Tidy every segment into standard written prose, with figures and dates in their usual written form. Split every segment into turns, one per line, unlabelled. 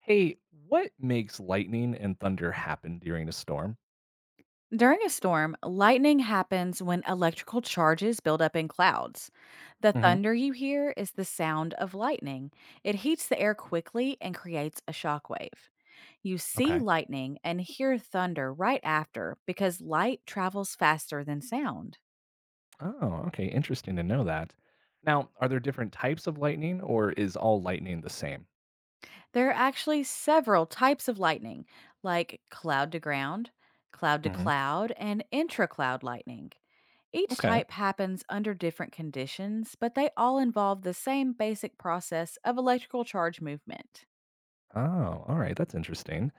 Hey, what makes lightning and thunder happen during a storm?
During a storm, lightning happens when electrical charges build up in clouds. The
hmm
thunder you hear is the sound of lightning. It heats the air quickly and creates a shockwave. You see
Okay.
lightning and hear thunder right after because light travels faster than sound.
Oh, okay. Interesting to know that. Now, are there different types of lightning or is all lightning the same?
There are actually several types of lightning, like cloud to ground, cloud to
hmm
cloud, and intra-cloud lightning. Each
Okay.
type happens under different conditions, but they all involve the same basic process of electrical charge movement.
Oh, all right. That's interesting.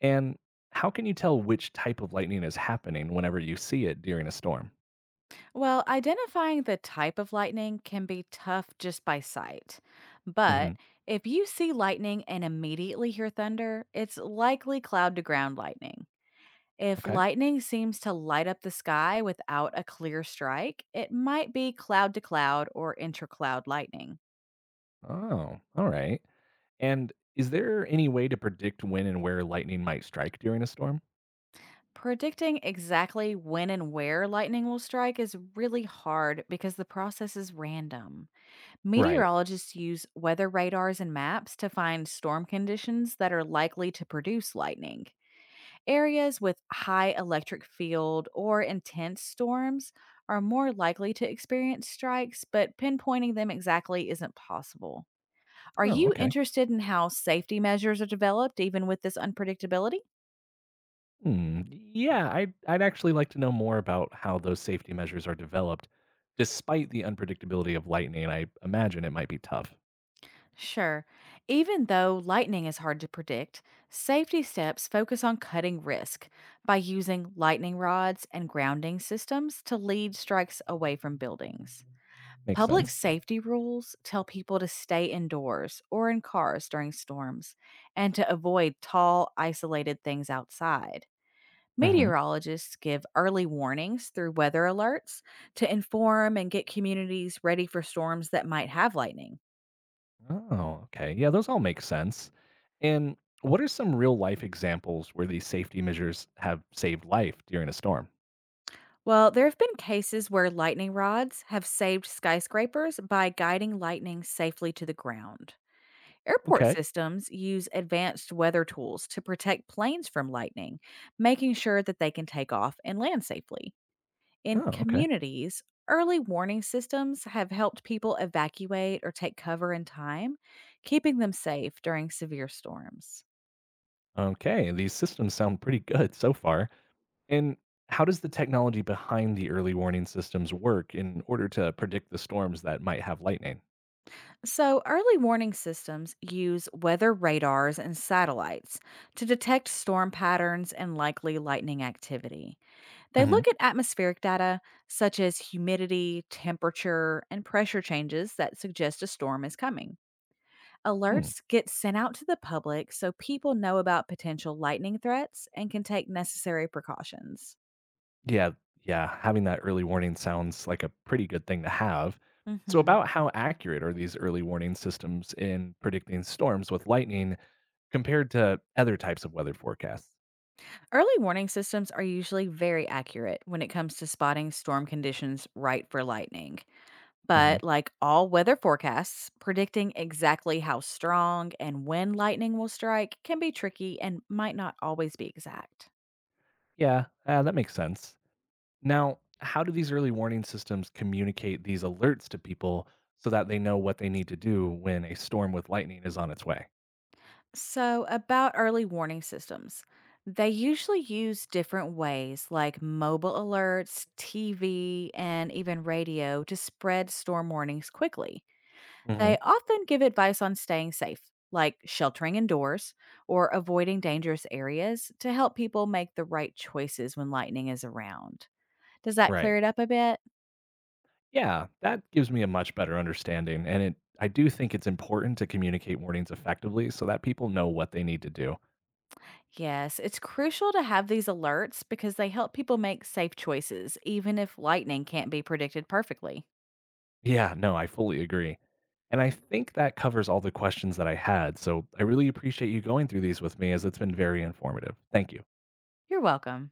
And how can you tell which type of lightning is happening whenever you see it during a storm?
Well, identifying the type of lightning can be tough just by sight. But
hmm
if you see lightning and immediately hear thunder, it's likely cloud to ground lightning. If
Okay.
lightning seems to light up the sky without a clear strike, it might be cloud to cloud or intercloud lightning.
Oh, all right. And is there any way to predict when and where lightning might strike during a storm?
Predicting exactly when and where lightning will strike is really hard because the process is random.
Right.
Meteorologists use weather radars and maps to find storm conditions that are likely to produce lightning. Areas with high electric field or intense storms are more likely to experience strikes, but pinpointing them exactly isn't possible. Are
Oh,
you
okay.
interested in how safety measures are developed even with this unpredictability?
Hmm, yeah, I'd actually like to know more about how those safety measures are developed despite the unpredictability of lightning. I imagine it might be tough.
Sure. Even though lightning is hard to predict, safety steps focus on cutting risk by using lightning rods and grounding systems to lead strikes away from buildings.
Makes
Public
sense.
safety rules tell people to stay indoors or in cars during storms and to avoid tall, isolated things outside.
hmm
Meteorologists give early warnings through weather alerts to inform and get communities ready for storms that might have lightning.
Oh, okay. Yeah, those all make sense. And what are some real life examples where these safety measures have saved life during a storm?
Well, there have been cases where lightning rods have saved skyscrapers by guiding lightning safely to the ground. Airport
Okay.
systems use advanced weather tools to protect planes from lightning, making sure that they can take off and land safely. In
Oh, okay.
communities, early warning systems have helped people evacuate or take cover in time, keeping them safe during severe storms.
Okay. These systems sound pretty good so far. And how does the technology behind the early warning systems work in order to predict the storms that might have lightning?
So, early warning systems use weather radars and satellites to detect storm patterns and likely lightning activity. They
Mm-hmm.
look at atmospheric data such as humidity, temperature, and pressure changes that suggest a storm is coming. Alerts get sent out to the public so people know about potential lightning threats and can take necessary precautions.
Yeah, yeah, having that early warning sounds like a pretty good thing to have. So,
Mhm.
about how accurate are these early warning systems in predicting storms with lightning compared to other types of weather forecasts?
Early warning systems are usually very accurate when it comes to spotting storm conditions right for lightning.
hmm
But like all weather forecasts, predicting exactly how strong and when lightning will strike can be tricky and might not always be exact.
Yeah, that makes sense. Now, how do these early warning systems communicate these alerts to people so that they know what they need to do when a storm with lightning is on its way?
So, about early warning systems, they usually use different ways like mobile alerts, TV, and even radio to spread storm warnings quickly.
hmm
They often give advice on staying safe, like sheltering indoors or avoiding dangerous areas to help people make the right choices when lightning is around. Does that
Right.
clear it up a bit?
Yeah, that gives me a much better understanding. And it, I do think it's important to communicate warnings effectively so that people know what they need to do.
Yes, it's crucial to have these alerts because they help people make safe choices, even if lightning can't be predicted perfectly.
Yeah, no, I fully agree. And I think that covers all the questions that I had. So I really appreciate you going through these with me as it's been very informative. Thank you.
You're welcome.